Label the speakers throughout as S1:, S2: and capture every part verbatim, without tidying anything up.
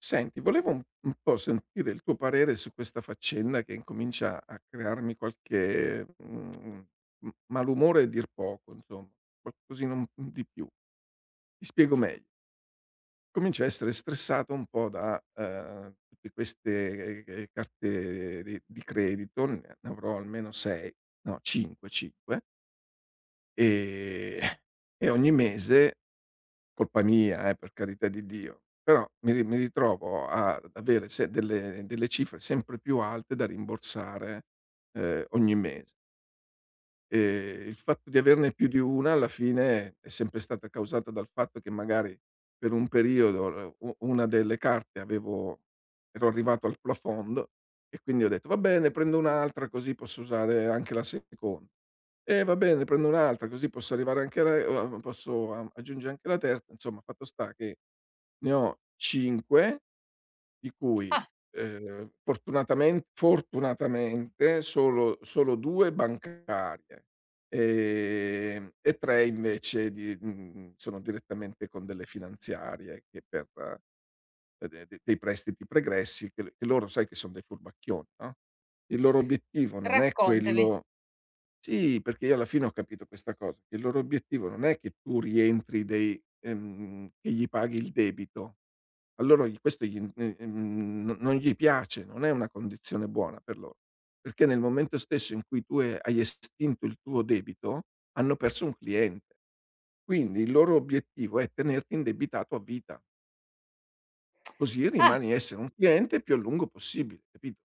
S1: Senti, volevo un un po' sentire il tuo parere su questa faccenda che incomincia a crearmi qualche, mhmm, m malumore a dir poco, insomma, qualcosina un di più. Ti spiego meglio: comincio a essere stressato un po' da, ehm, tutte queste, ehm, carte di di credito, ne ne avrò almeno sei, no cinque, cinque, ehm, e ogni mese. Colpa mia, eh, per carità di Dio, però mi ri mi ritrovo a- ad avere se delle delle cifre sempre più alte da rimborsare, ehm, ogni mese. Ehm, il fatto di averne più di una alla fine è sempre stata causata dal fatto che magari per un periodo l u una delle carte avevo ero arrivato al plafond e quindi ho detto: "Va bene, prendo un'altra così posso usare anche la secon, e va bene, prendo un'altra così posso arrivare anche alla" uhm, posso a aggiungere anche la terza. Insomma, fatto sta che ne ho cinque, di cui,
S2: Ah,
S1: ehm, fortunatamen fortunatamente solo solo due bancarie, ehm, e tre invece di mhmm, sono direttamente con delle finanziarie che per ehm, de de dei prestiti pregressi che l che loro, sai che son dei furbacchioni, no, il loro obiettivo non è
S2: raccontami.
S1: quello. Sì, perché io alla fine ho capito questa cosa, che il loro obiettivo non è che tu rientri dei ehm, che gli paghi il debito. Allora gli questo gli mhmm, non non gli piace, non è una condizione buona per loro, perché nel momento stesso in cui tu hai hai estinto il tuo debito, hanno perso un cliente. Quindi il loro obiettivo è tenerti indebitato a vita, così
S2: Ah,
S1: rimani essere un cliente più a lungo possibile, capito?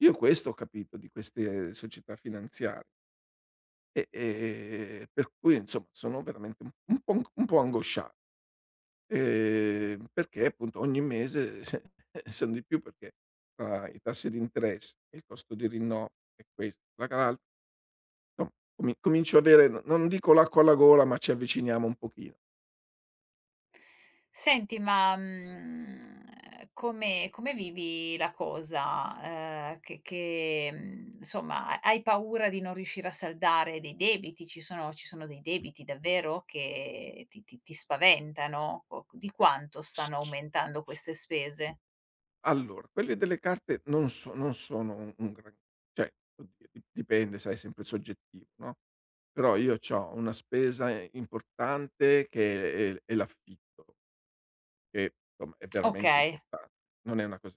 S1: Io questo ho capito di queste società finanziarie e e e per cui insomma sono veramente un un po' un po' angoscia. Ehm, perché appunto ogni mese se sono di più perché tra i tassi di interesse e il costo di rinnovo e questo, la cal, insomma comi comincio ad avere, no, non dico l'acqua alla gola, ma ci avviciniamo un pochino.
S2: senti ma, mhmm, ehm, come come vivi la cosa? Ehm, che che, mhmm, insomma, ha hai paura di non riuscire a saldare dei debiti? Ci sono ci sono dei debiti davvero che ti ti ti spaventano? O di quanto stanno
S1: S-
S2: aumentando queste spese?
S1: Allora, quelle delle carte non so, non sono un un gran, cioè, oddio, di dipende, sai, è sempre soggettivo, no, però io c'ho una spesa, eh, importante che è è l'affitto, che insomma è veramente
S2: Okay.
S1: importan, non è una cosa.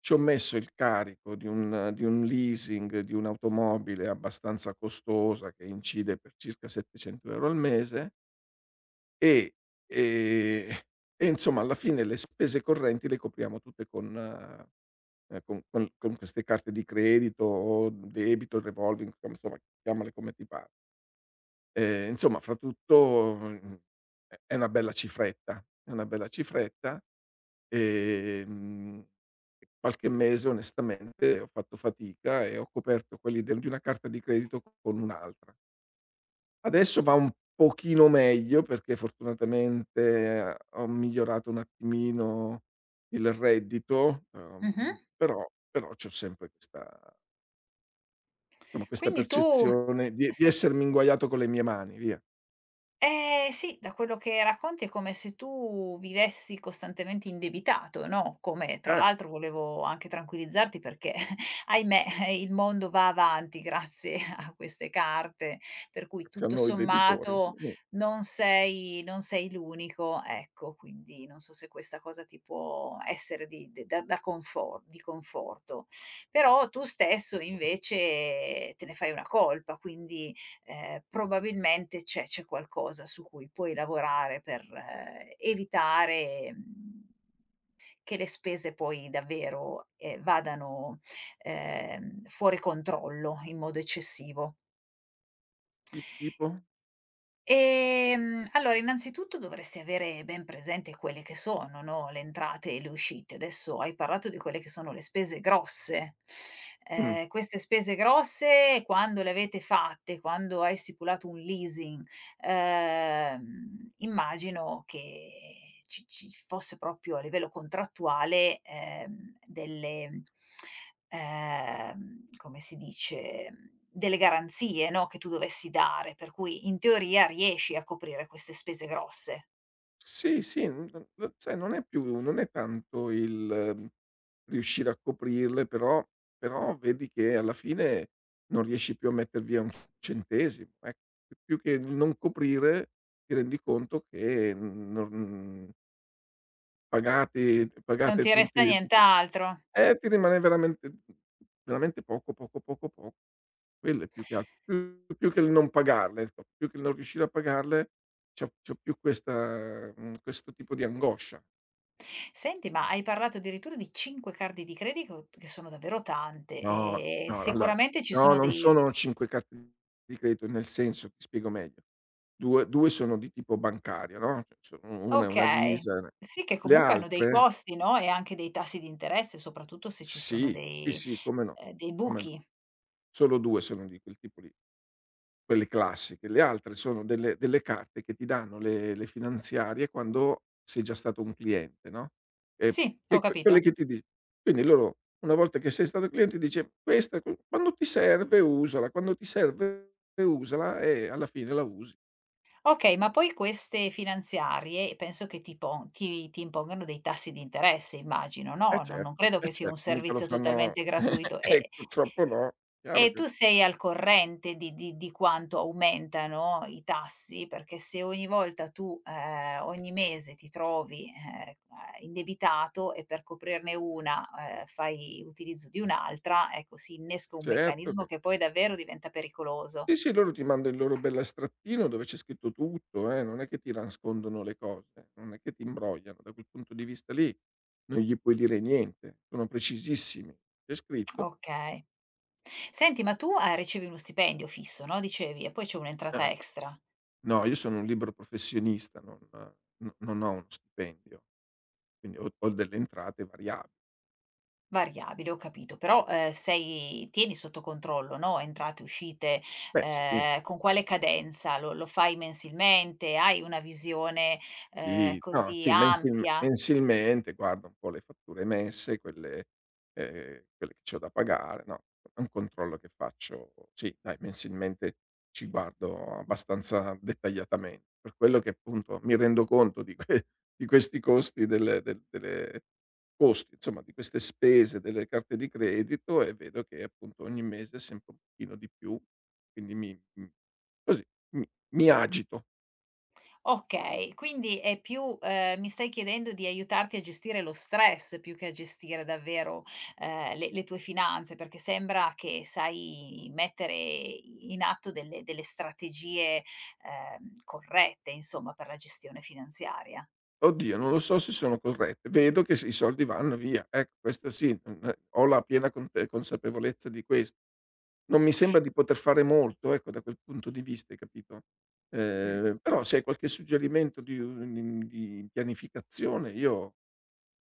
S1: Ci ho messo il carico di un eh, di un leasing di un'automobile abbastanza costosa che incide per circa settecento euro € al mese e, ehm, e insomma alla fine le spese correnti le copriamo tutte con ehm, con con con queste carte di credito o debito, revolving, com insomma chiamale come ti pare. Ehm, insomma fra tutto, mhmm, è è una bella cifretta, è una bella cifretta. Ehm, Qualche mese onestamente ho fatto fatica e ho coperto quelli del di una carta di credito con un'altra. Adesso va un pochino meglio perché fortunatamente, eh, ho migliorato un attimino il reddito,
S2: Mh-mh.
S1: uhm, però, però c'ho sempre questa, insomma questa
S2: Quindi tu.
S1: percezione di di essermi inguaiato con le mie mani, via.
S2: Eh sì, da quello che racconti è come se tu vivessi costantemente indebitato, no, come tra
S1: Eh,
S2: l'altro volevo anche tranquillizzarti perché ahimè eh, il mondo va avanti grazie a queste carte, per cui
S1: grazie a
S2: tutto
S1: noi debitori.
S2: sommato
S1: Mm.
S2: non sei non sei l'unico, ecco, quindi non so se questa cosa ti può essere di de da da confo di conforto. Però tu stesso invece te ne fai una colpa, quindi ehm, probabilmente c'è c'è qualcosa su cui puoi lavorare per eh, evitare, mhmm, che le spese poi davvero, ehm, vadano, ehm, fuori controllo in modo eccessivo.
S1: Ti tipo?
S2: Ehm, allora innanzitutto dovresti avere ben presente quelle che sono, no, le entrate e le uscite. Adesso hai parlato di quelle che sono le spese grosse.
S1: Mh.
S2: Ehm, queste spese grosse quando le avete fatte, quando hai stipulato un leasing. Ehm, immagino che ci ci fosse proprio a livello contrattuale, ehm, delle ehm, come si dice, mhmm, delle garanzie, no, che tu dovessi dare, per cui in teoria riesci a coprire queste spese grosse.
S1: Sì, sì, n n n sai, non è più, non è tanto il, mhmm, riuscire a coprirle, però, però vedi che alla fine non riesci più a metter via un centesimo, ecco. Più che il non coprire, ti rendi conto che mm, non pagati
S2: Non
S1: pagate
S2: ti resta
S1: tutti tutti
S2: nient'altro.
S1: eh, ti rimane veramente, veramente poco, poco, poco, poco. Quello è più che altro. Più più che il non pagarle, ecco, più che il non riuscire a pagarle, c'ho c'ho più questa mhmm, questo tipo di angoscia.
S2: Senti, ma hai parlato addirittura di cinque carte di credito che sono davvero tante
S1: No,
S2: e
S1: no, allora
S2: sicuramente ci
S1: no,
S2: sono
S1: non
S2: dei.
S1: sono cinque carte di credito, nel senso ti spiego meglio. due, due sono di tipo bancario, no, cioè so, u una è una
S2: Okay.
S1: Visa, una
S2: Sì, che
S1: le
S2: comunque hanno dei
S1: altre,
S2: costi, no, e anche dei tassi di interesse, soprattutto se ci sono
S1: sì, sì,
S2: dei
S1: sì, come no,
S2: ehm, dei
S1: come no.
S2: buchi.
S1: Solo due sono di quel tipo lì. Quelle classiche. Le altre sono delle delle carte che ti danno le le finanziarie quando sei già stato un cliente, no, e
S2: Sì, ho
S1: e que quelle
S2: capito.
S1: che ti di, quindi loro una volta che sei stato cliente dice: "Questa qu quando ti serve usala, quando ti serve usala", e alla fine la usi.
S2: Okay, ma poi queste finanziarie penso che ti pon ti ti impongano dei tassi di interesse immagino,
S1: Eh
S2: no, non non
S1: certo,
S2: credo
S1: eh
S2: che sia un
S1: certo, mica lo
S2: servizio
S1: fanno
S2: totalmente gratuito.
S1: eh
S2: E
S1: purtroppo no, chiaro
S2: e
S1: che,
S2: tu sei al corrente di di di quanto aumentano i tassi? Perché se ogni volta tu, ehm, ogni mese ti trovi, ehm, a indebitato e per coprirne una, ehm, fai utilizzo di un'altra, ecco si innesca un
S1: certo
S2: meccanismo
S1: che
S2: che poi davvero diventa pericoloso.
S1: sì, sì, loro ti manda il loro bell'astrattino dove c'è scritto tutto, eh, non è che ti nascondono le cose, non è che ti imbrogliano, da quel punto di vista lì non gli puoi dire niente, sono precisissimi. C'è scritto:
S2: Okay. Senti, ma tu, ehm, ricevi uno stipendio fisso, no, dicevi, e poi c'è un'entrata
S1: "Ah,
S2: extra.
S1: no, io sono un libero professionista, non, no, non ho uno stipendio, quindi ho, ho delle entrate variabili".
S2: Variabile, ho capito, però, ehm, sei tieni sotto controllo, no, entrate, uscite,
S1: Beh, sì.
S2: ehm, con quale cadenza? Lo lo fai mensilmente? Hai una visione,
S1: Sì,
S2: ehm,
S1: no,
S2: così
S1: sì, mensilm
S2: ampia?
S1: mensilmente guardo un po' le fatture emesse, quelle, ehm, quelle che c'ho da pagare, no, è un controllo che faccio, sì, dai, mensilmente ci guardo abbastanza dettagliatamen per quello che appunto mi rendo conto di que di questi costi del del delle costi, insomma, di queste spese delle carte di credito e vedo che appunto ogni mese è sempre un pochino di più, quindi mi mhmm, così, mi mi agito.
S2: Okay, quindi è più ehm, mi stai chiedendo di aiutarti a gestire lo stress più che a gestire davvero, ehm, le le tue finanze, perché sembra che sai mettere i in atto delle delle strategie, ehm, corrette insomma per la gestione finanziaria.
S1: Oddio, non lo so se sono corrette. Vedo che s i soldi vanno via. Ecco, questo sì, mhmm, ho la piena conte consapevolezza di ques, non mi sembra di poter fare molto, ecco, da quel punto di vista, hai capito?
S2: Mh.
S1: Ehm, però se hai qualche suggerimento di un di pianificazione, io,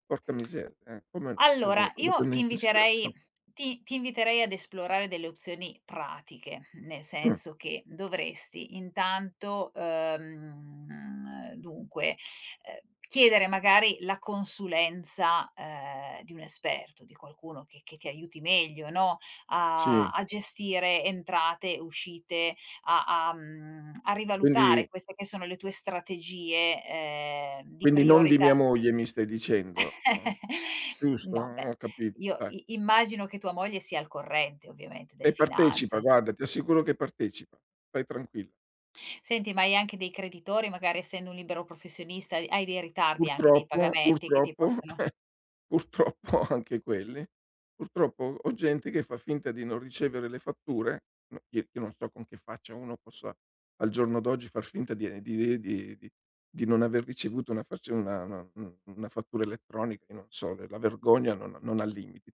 S1: porca miseria, eh, come no, quello
S2: Allora,
S1: lo
S2: io
S1: prendo
S2: ti
S1: in
S2: inviterei
S1: considerazione.
S2: ti ti inviterei ad esplorare delle opzioni pratiche, nel
S1: Mh,
S2: senso che dovresti intanto, uhm, dunque, ehm, chiedere magari la consulenza, ehm, di un esperto, di qualcuno che che ti aiuti meglio, no, a
S1: sì,
S2: a gestire entrate, uscite, a a mhmm, a
S1: quindi,
S2: rivalutare queste che sono le tue strategie, ehm, di
S1: quindi non di mia
S2: priorità.
S1: moglie mi stai dicendo, no? Giusto?
S2: No, beh,
S1: Ho capito,
S2: io
S1: dai.
S2: i immagino che tua moglie sia al corrente ovviamente
S1: E
S2: delle
S1: partecipa,
S2: finanze.
S1: guarda, ti assicuro che partecipa. Stai tranquilla.
S2: Senti, ma hai anche dei creditori, magari essendo un libero professionista, hai dei ritardi anche nei
S1: Purtroppo,
S2: pagamenti che ti
S1: purtroppo,
S2: possono.
S1: purtroppo anche quelli. Purtroppo ho gente che fa finta di non ricevere le fatture, no, io, io non so con che faccia uno possa al giorno d'oggi far finta di ehm, di di di di non aver ricevuto una faccia, una una un una fattura elettronica, io non so, la vergogna non non ha limiti.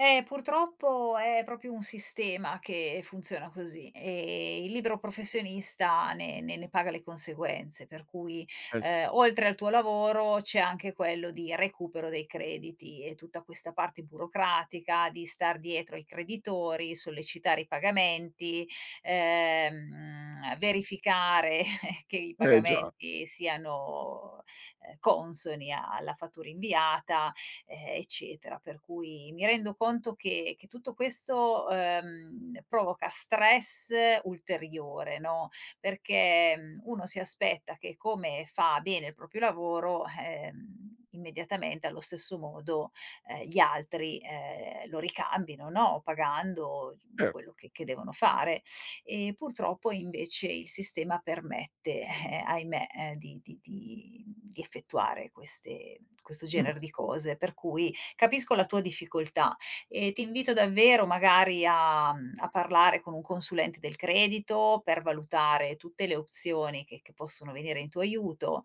S2: Eh, purtroppo è proprio un sistema che funziona così e il libero professionista ne ne ne paga le conseguenze, per cui,
S1: Eh sì.
S2: ehm, oltre al tuo lavoro c'è anche quello di recupero dei crediti e tutta questa parte burocratica di star dietro ai creditori, sollecitare i pagamenti, ehm, verificare che i
S1: Eh già,
S2: pagamenti siano, ehm, consoni alla fattura inviata ehm, eccetera. Per cui mi rendo conto che che tutto questo, ehm, provoca stress ulteriore, no, perché, mhmm, uno si aspetta che come fa bene il proprio lavoro, ehm, immediatamente allo stesso modo, ehm, gli altri, ehm, lo ricambino, no, pagando
S1: cer,
S2: quello che che devono fare e purtroppo invece il sistema permette, eh, ahimè, eh, di di di di effettuare queste questo
S1: mh,
S2: genere di cose, per cui capisco la tua difficoltà e ti invito davvero magari a mhmm, a parlare con un consulente del credito per valutare tutte le opzioni che che possono venire in tuo aiuto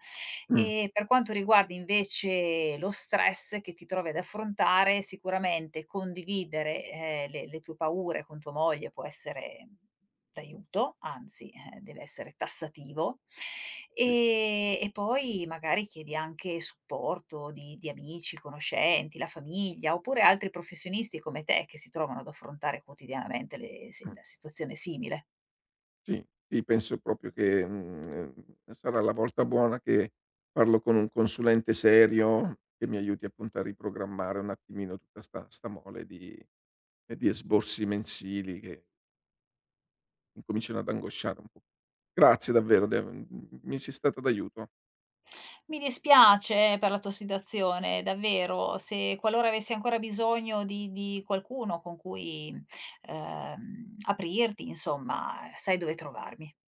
S1: mh,
S2: e per quanto riguarda invece lo stress che ti trovi ad affrontare, sicuramente condividere, ehm, le le tue paure con tua moglie può essere d'aiuto, anzi, eh, deve essere tassativo.
S1: sì,
S2: Ehm, e poi magari chiedi anche supporto di di amici, conoscenti, la famiglia, oppure altri professionisti come te che si trovano ad affrontare quotidianamente le si
S1: mh.
S2: la situazione simile.
S1: Sì, sì, penso proprio che, mhmm, ehm, sarà la volta buona che parlo con un consulente serio che mi aiuti appunto a riprogrammare un attimino tutta 'sta 'sta mole di, ehm, di esborsi mensili che incominciano ad angosciare un po'. Grazie davvero de mhmm, mi sei stata d'aiuto.
S2: Mi dispiace per la tua situazione, davvero. Se qualora avessi ancora bisogno di di qualcuno con cui, ehm, aprirti, insomma, sai dove trovarmi.